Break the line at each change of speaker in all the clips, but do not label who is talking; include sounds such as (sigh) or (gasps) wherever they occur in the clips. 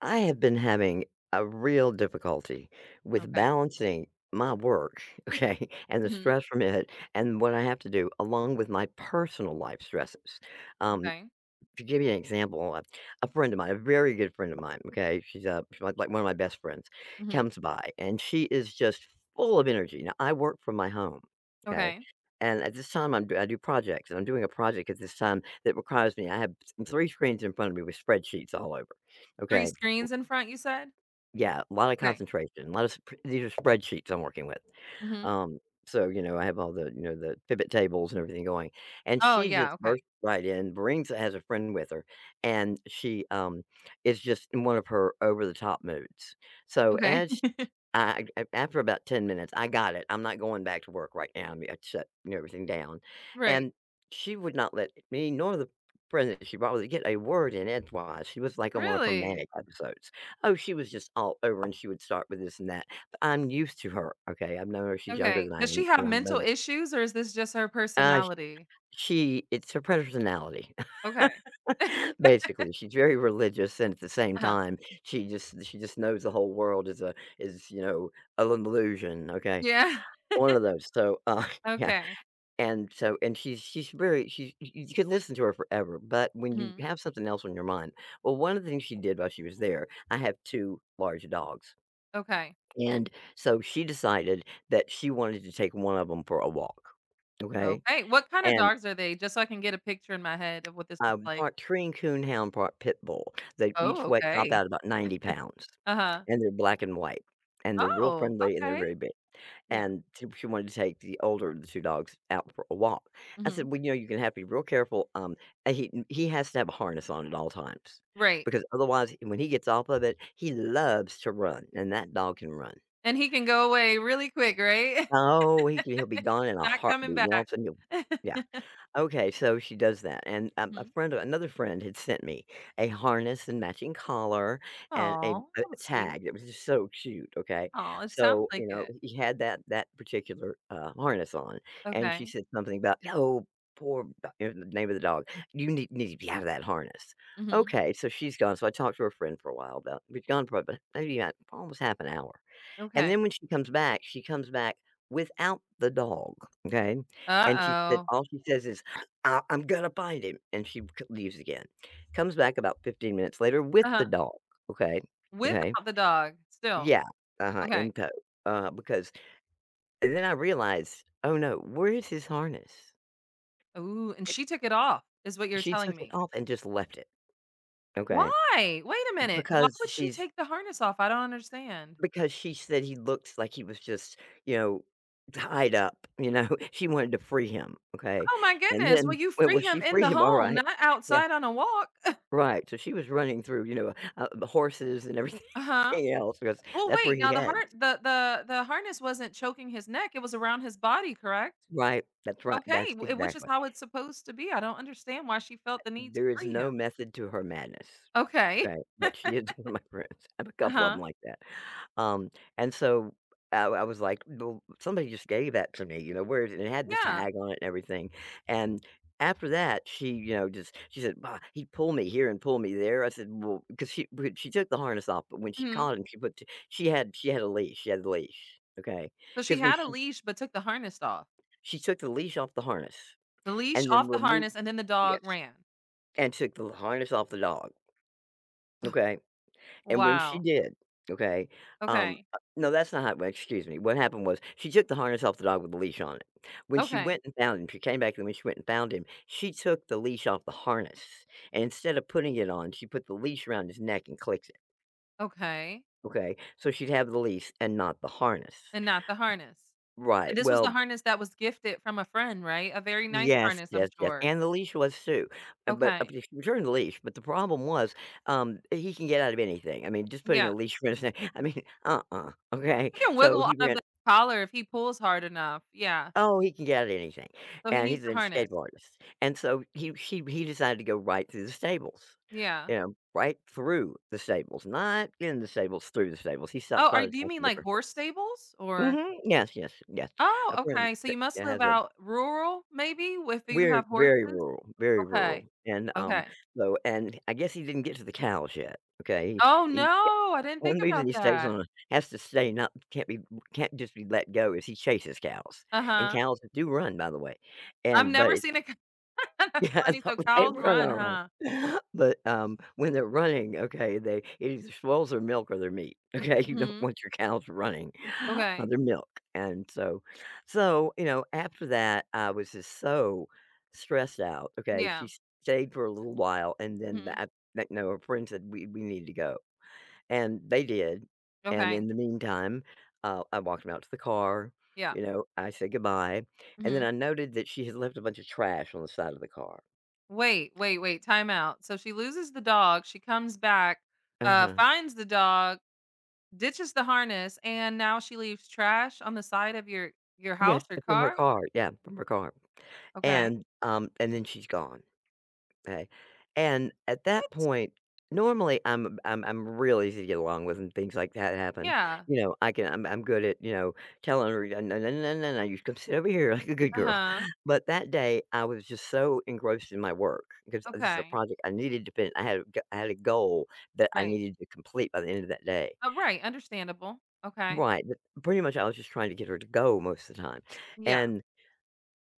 I have been having a real difficulty with
Okay.
balancing my work, (laughs) okay, and the
Mhm.
stress from it, and what I have to do, along with my personal life stresses. Um,
Okay.
to give you an example, a friend of mine, a very good friend of mine, okay, she's like one of my best friends,
Mhm.
comes by, and she is just full of energy. Now, I work from my home, okay.
Okay.
And at this time, I do projects, and I'm doing a project at this time that requires me. I have three screens in front of me with spreadsheets all over.
3
Okay,
screens in front, you said?
yeah, a lot of
Okay.
concentration, a lot of sp these are spreadsheets I'm working with.
Mhm.
Um, so, I have all the pivot tables and everything going, and
Oh,
she
yeah,
just
okay.
bursts right in, brings has a friend with her, and she is just in one of her over-the-top moods. So
Okay.
as sh
(laughs)
I after about 10 minutes, "I got it, I'm not going back to work right now," I mean, I shut everything down,
Right.
and she would not let me nor the friend that she brought with her get a word in edgewise. She was like on one of her
Really?
manic episodes. Oh, she was just all over, and she would start with this and that. But I'm used to her, okay? I've known her, she's younger than
Okay.
I
Does
am,
she have
and I've
mental
known it.
issues or is this just her
Sh
personality?
she it's her personality.
Okay.
(laughs) Basically, she's very religious, and at the same
Uh-huh.
time, she just knows the whole world is a is, you know, an illusion, okay?
Yeah. (laughs)
One of those. (laughs) Yeah,
Okay.
and she's very she's y you can listen to her forever, but when you
Mhm.
have something else on your mind well, one of the things she did while she was there I have 2 large dogs.
Okay.
And so she decided that she wanted to take one of them for a walk, okay?
Okay. What kinda
And,
dogs are they? Just so I can get a picture in my head of what this looks like.
Part Korean Coonhound, part Pit Bull. They each
Oh,
weigh top
okay.
out about 90 pounds,
Uh-huh.
and they're black and white, and they're real
Oh,
friendly, and they're
okay.
very big.
Yeah.
And she wanted to take the older of the 2 dogs out for a walk. I said,
Mhm.
"Well, you know, you can have to be real careful, and he has to have a harness on at all times
Right.
because otherwise, when he gets off of it, he loves to run, and that dog can run."
And he can go away really quick, right? (laughs)
Oh, he'll be gone in a
Not coming
heartbeat, and all
back.
of a sudden you'll yeah.
(laughs)
Okay, so she does that, and a
Mhm.
friend of another friend had sent me a harness and matching collar and a
Oh,
a
that was sweet.
tag that was just so cute, okay?
Oh, it sounds
So,
like
you know,
it.
he had that particular, harness on, and she
Okay.
said something about, "Oh, poor" you know, the name of the dog, "You need to be out of that harness."
Mhm.
Okay, so she's gone, so I talked to her friend for a while about we'd gone for about maybe, about almost half an hour. And
Okay.
then when she comes back without the dog, okay? And she said
Uh-oh.
all she says is, " I'm gonna find him," and she c leaves again. Comes back about 15 minutes later with the
Uh-huh.
dog, okay? Okay?
Without the dog, still.
Yeah. Uh-huh,
Okay.
in tow, because and then I realized, "Oh, no, where is his harness?"
Ooh, and
C
she took it off, is what you're
She
telling
took it
me.
off and just left it, okay?
Why? Wait a minute. Why
Because
would she
she's
take the harness off? I don't understand.
Because she said he looks like he was just, you know, tied up, you know? (laughs) She wanted to free him, okay?
Oh my
And
goodness.
then
Well, you
when well,
free
she
him in
free
the
him, all
home,
right.
not
Yeah,
outside on a walk. (laughs)
right, so she was running through, you know, the horses and everything
Uh-huh.
(laughs) else because
Well,
that's where
wait.
he
Now the
had.
heart the harness wasn't choking his neck. It was around his body, correct?
Right,
Okay,
that's
w which is
exactly.
how it's supposed to be. I don't understand why she felt the need to
There is
free
no
him.
method to her madness.
Okay.
Okay,
(laughs)
but she is (laughs) one of my friends. I have a couple of them
Uh-huh.
like that. Um, and so I was like, "Well, somebody just gave that to me, you know, where is it?" And it had the
Yeah.
tag on it and everything, and after that, she, you know, just she said, "Bah, he'd pull me here and pull me there." I said, well, because she when she took the harness off, but when she
Mhm.
caught him, she put t she had a leash, she had the leash, okay,
So she
because when
had a leash, but took the harness off.
she took the leash off the harness
The leash
and then
off the
removed.
harness, and then the dog
Yes,
ran.
and took the harness off the dog,
Oh,
okay? And when she
wow.
did, okay,
Okay.
no, that's not how well, excuse me, what happened was she took the harness off the dog with the leash on it. When she
Okay.
went and found him, she came back, and when she went and found him, she took the leash off the harness, and instead of putting it on, she put the leash around his neck and clicked it,
Okay.
okay? So she'd have the leash and not the harness.
And not the harness.
Right,
And this was the
well,
harness that was gifted from a friend, right? A very nice
yes,
harness, I'm
yes, yes,
sure.
and the leash was too, but
Okay.
she returned the leash, but the problem was, he can get out of anything. I mean, just putting a
Yeah.
leash around his neck, I mean, (laughs) uh-uh, okay?
He can
So
wiggle
he
out of
ran.
the collar if he pulls hard enough. Yeah.
Oh, he can get at anything,
So he
and
needs
he's a
the harness.
skateboard artist, and so he decided to go right through the stables,
Yeah.
you know, right through the stables, not in the stables, through the stables. He stops
Oh,
by
are
to
do you
talk to
mean like
different
horse
friends.
stables or?
Mhm, yes, yes, yes.
Oh,
A friend
okay, so
that
you must
that
live
has a
out rural maybe if you
We're
have horses?
very rural,
Okay.
and, um,
Okay.
so and I guess he didn't get to the cows yet, okay?
Oh,
He
no, I didn't
One
think
reason
about
he stays
that.
on it has to stay, not can't be can't just be let go is he chases cows, and
Uh-huh.
cows do run, by the way,
I've
and but
never
it,
seen a cow (laughs)
(laughs)
that's
yeah,
funny,
I
so
they
cows
run
run,
alright.
huh?
(laughs) But, when they're running, okay, they it either spoils their milk or their meat, (laughs) okay? You don't
Mhm.
want your cows running (laughs) on
Okay.
their milk, and so so, you know, after that, I was just so stressed out, okay?
Yeah.
She stayed for a little while, and then
Mhm.
that that no, her friend said, We need to go." And they did, and
Okay.
in the meantime, I walked him out to the car,
Yeah.
you know, I said goodbye, and then I
Mhm.
noted that she had left a bunch of trash on the side of the car.
Wait, wait, wait, time out. So she loses the dog, she comes back,
Uh-huh.
finds the dog, ditches the harness, and now she leaves trash on the side of your house
Yes,
or
from her
car?
car, yeah, from her car,
Okay.
and and then she's gone. Okay, and at that
What?
point, normally, I'm real easy to get along with and things like that happen,
Yeah.
you know, I'm good at, you know, telling her, "No, no, no, no, no, no, you come sit over here (laughs) like a good girl."
Uh-huh.
(laughs) But that day, I was just so engrossed in my work because this is a
Okay.
project I needed to finish. I had a goal that I
Right.
needed to complete by the end of that day.
Right, understandable. Okay.
Right, but pretty much I was just trying to get her to go most of the time,
Yeah.
and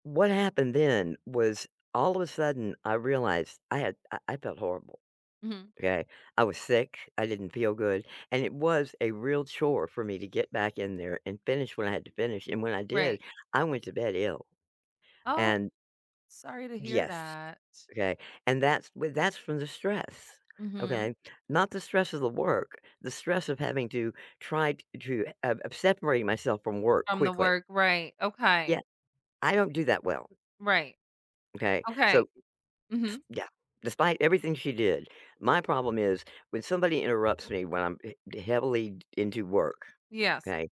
what happened then was all of a sudden, I realized I felt horrible.
Mhm.
Okay, I was sick, I didn't feel good, and it was a real chore for me to get back in there and finish what I had to finish, and when I
Right.
did, I went to bed ill,
Oh,
and
sorry to hear
yes,
that.
okay, and that's from the stress,
Mhm.
okay? Not the stress of the work, the stress of having to try t to of separating myself from work
From the
quickly.
work, right. Okay.
Yeah, I don't do that well,
Right.
okay?
Okay.
So, s
Mhm.
yeah, despite everything she did, my problem is when somebody interrupts me when I'm h heavily into work.
Yes.
Okay,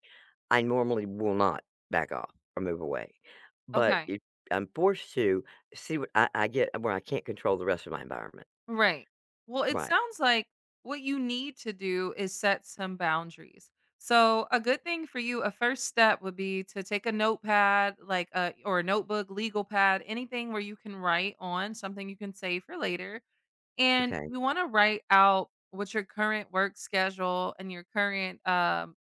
I normally will not back off or move away, but
Okay.
if I'm forced to, see what I get where I can't control the rest of my environment.
Right. Well, it
Right,
sounds like what you need to do is set some boundaries. So, a good thing for you, a first step would be to take a notepad, like a or a notebook, legal pad, anything where you can write on something you can save for later. And
okay,
you want to write out what your current work schedule and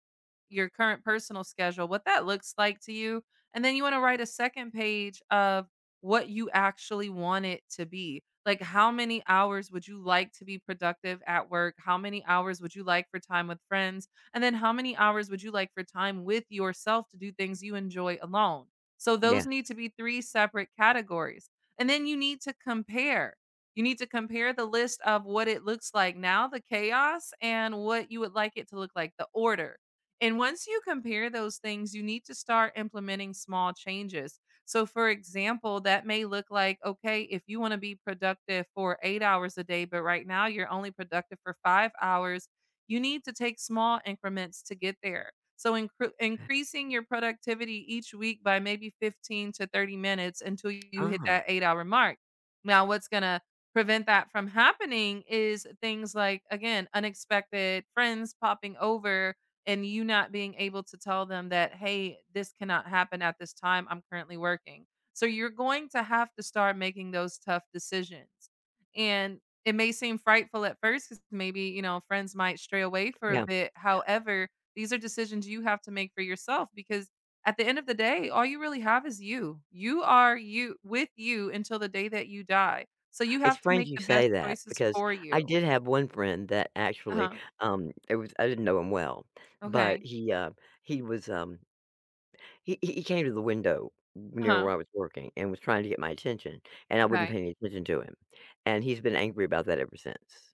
your current personal schedule, what that looks like to you. And then you want to write a second page of what you actually want it to be. Like, how many hours would you like to be productive at work? How many hours would you like for time with friends? And then, how many hours would you like for time with yourself to do things you enjoy alone? So, those
yeah.
need to be three separate categories. And then you need to compare. You need to compare the list of what it looks like now, the chaos, and what you would like it to look like, the order. And once you compare those things, you need to start implementing small changes. So, for example, that may look like, okay, if you want to be productive for 8 hours a day, but right now you're only productive for 5 hours, you need to take small increments to get there. So, increasing your productivity each week by maybe 15 to 30 minutes until you hit
Ah,
that 8 hour mark. Now, what's going to prevent that from happening is things like, again, unexpected friends popping over and you not being able to tell them that, "Hey, this cannot happen at this time. I'm currently working." So you're going to have to start making those tough decisions. And it may seem frightful at first, because maybe, you know, friends might stray away for a
yeah,
bit. However, these are decisions you have to make for yourself because at the end of the day, all you really have is you. You are you with you until the day that you die. So you
it's
have to
strange
make
you
the best
say that
choices
because
for
I
you.
did have one friend that actually,
Uh-huh.
it was I didn't know him well, but
Okay.
he was, um, he came to the window near
Uh-huh.
where I was working and was trying to get my attention, and I wouldn't pay
Okay.
any attention to him, and he's been angry about that ever since.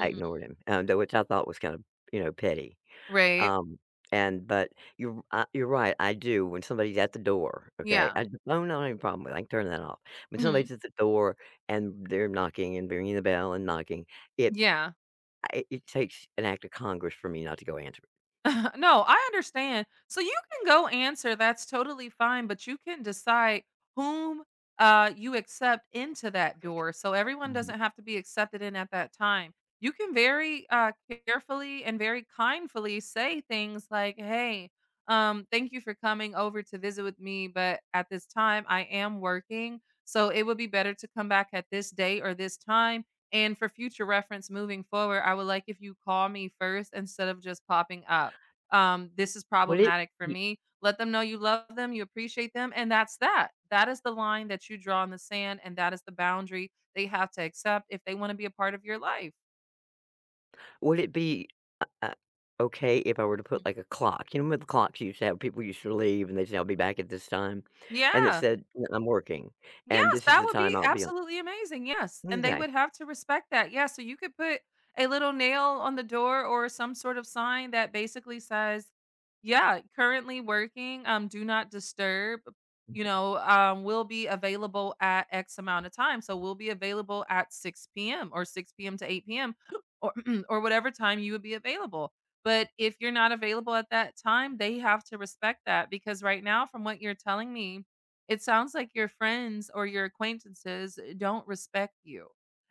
I ignored him, though which I thought was kind of, you know, petty,
Right.
um, and but you're right, I do when somebody's at the door, okay?
Yeah.
I The phone, I don't have a problem with, I can turn that off. When
Mhm.
somebody's at the door and they're knocking and ringing the bell and knocking, it
Yeah,
I it takes an act of Congress for me not to go answer it.
(laughs) no, I understand. So you can go answer, that's totally fine, but you can decide whom, you accept into that door, so everyone
Mhm.
doesn't have to be accepted in at that time. You can very, carefully and very kindly say things like, "Hey, thank you for coming over to visit with me, but at this time I am working, so it would be better to come back at this date or this time, and for future reference moving forward, I would like if you call me first instead of just popping up." This is
Would it
problematic for
be
me. Let them know you love them, you appreciate them, and that's that. That is the line that you draw in the sand, and that is the boundary they have to accept if they wanna be a part of your life.
would it be, uh uh, okay if I were to put,
Mhm.
like, a clock? You know, with the clocks you used to have people used to leave, and they'd say, "I'll be back at this time," and it
Yeah.
said, "No, I'm working, and
Yes,
this is
that
the
would
time
be
I'll be on."
absolutely amazing, yes, and they
Okay.
would have to respect that, yeah, so you could put a little nail on the door or some sort of sign that basically says, "Yeah, currently working, do not disturb," you know, "Will be available at X amount of time," so we'll be available at 6 PM or 6 PM to 8 PM (gasps) (clears throat) or (clears throat) or whatever time you would be available, but if you're not available at that time, they have to respect that because right now, from what you're telling me it sounds like your friends or your acquaintances eh, don't respect you,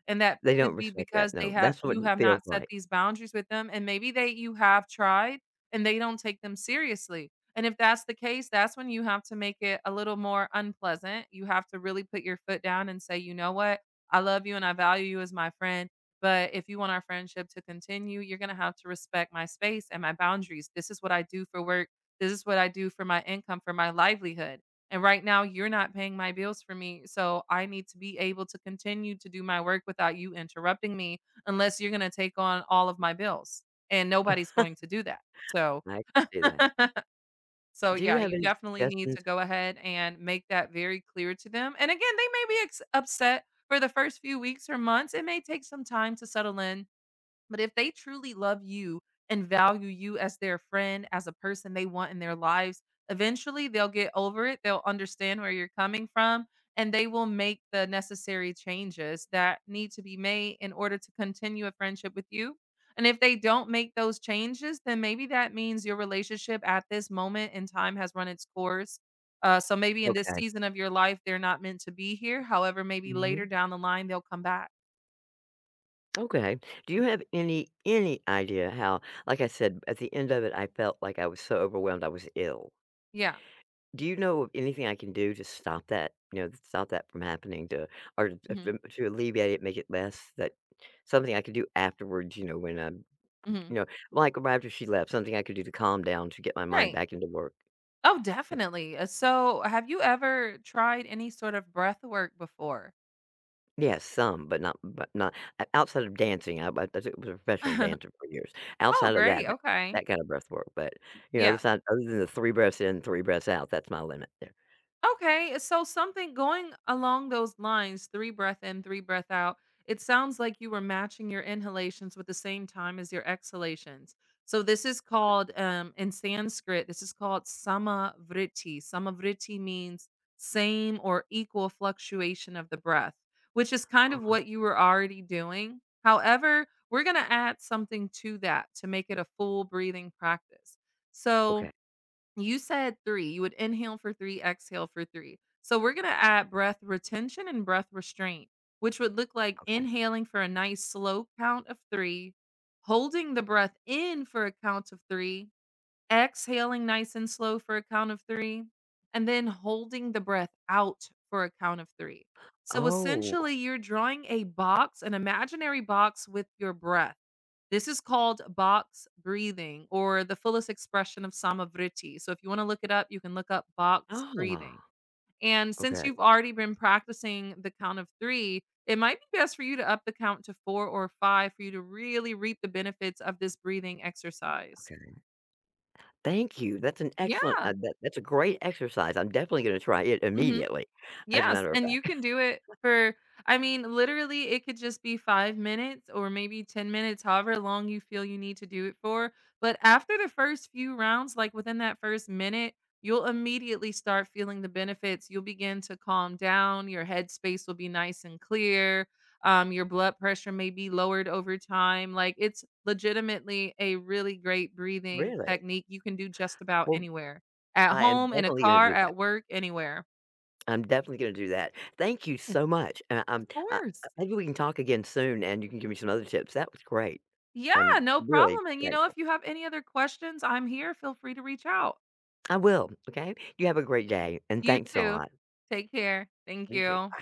and that
They don't
could be
respect that,
because they
no.
have
That's what
you
it
have
feels
not set
like.
these boundaries with them, and maybe they you have tried, and they don't take them seriously, and if that's the case, that's when you have to make it a little more unpleasant. You have to really put your foot down and say, "You know what? I love you and I value you as my friend, but if you want our friendship to continue, you're gonna have to respect my space and my boundaries. This is what I do for work. This is what I do for my income, for my livelihood. And right now, you're not paying my bills for me. So I need to be able to continue to do my work without you interrupting me, unless you're going to take on all of my bills. And nobody's going to do that. So,
I can see that.
(laughs) so
Do you
yeah,
have
you
any
definitely need
suggestions?
to go ahead and make that very clear to them. And again, they may be upset for the first few weeks or months. It may take some time to settle in, but if they truly love you and value you as their friend, as a person they want in their lives, eventually they'll get over it. They'll understand where you're coming from and they will make the necessary changes that need to be made in order to continue a friendship with you. And if they don't make those changes, then maybe that means your relationship at this moment in time has run its course. So maybe in this
Okay.
season of your life, they're not meant to be here. However, maybe later
Mhm.
down the line, they'll come back.
Okay. Do you have any idea how like I said, at the end of it, I felt like I was so overwhelmed, I was ill.
Yeah.
Do you know of anything I can do to stop that, you know, stop that from happening to or to
Hmm.
to alleviate it, make it less that something I could do afterwards, you know, when I you
Hmm.
know, like right after she left, something I could do to calm down, to get my mind
Right.
back into work?
Oh, definitely. So, have you ever tried any sort of breath work before?
Yes, some, but not o outside of dancing, I was a professional
(laughs)
dancer for years.
Oh,
Outside of that,
great. Okay.
that kind of breath work, but, you know, other
Yeah.
not other than the 3 breaths in, 3 breaths out, that's my limit there.
Okay, so something going along those lines, 3 breath in, 3 breath out. It sounds like you were matching your inhalations with the same time as your exhalations. So this is called in Sanskrit, this is called samavritti. Samavritti means same or equal fluctuation of the breath, which is kind of
Oh,
what you were already doing. However, we're going to add something to that to make it a full breathing practice. So,
okay,
you said 3. You would inhale for 3, exhale for 3. So we're gonna add breath retention and breath restraint, which would look like
okay.
inhaling for a nice slow count of 3, holding the breath in for a count of 3, exhaling nice and slow for a count of 3, and then holding the breath out for a count of 3. So
Oh.
essentially, you're drawing a box, an imaginary box with your breath. This is called box breathing or the fullest expression of samavriti. So if you want to look it up, you can look up box breathing.
Ah,
And since
okay,
you've already been practicing the count of three, it might be best for you to up the count to four or five for you to really reap the benefits of this breathing exercise.
okay. Thank you, that's an excellent
Yeah.
uh, that's a great exercise, I'm definitely gonna try it
Mhm.
immediately, as a
Yes,
matter of
and you
fact.
can do it for I mean, literally, it could just be 5 minutes or maybe 10 minutes, however long you feel you need to do it for, but after the first few rounds, like, within that first minute, you'll immediately start feeling the benefits, you'll begin to calm down, your headspace will be nice and clear, your blood pressure may be lowered over time, like, it's legitimately a really great breathing
Really?
technique you can do just about
Well,
anywhere, at
I am
home, in a
definitely gonna
car,
do that.
at work, anywhere.
I'm definitely gonna do that. Thank you so much, and
Of
I'm I
course.
maybe we can talk again soon, and you can give me some other tips. That was great.
Yeah,
I'm
no
really
problem, and, you know,
thankful.
if you have any other questions, I'm here, feel free to reach out.
I will, okay? You have a great day, and
You
thanks a
too.
lot.
Take care. Thank
You too.
you.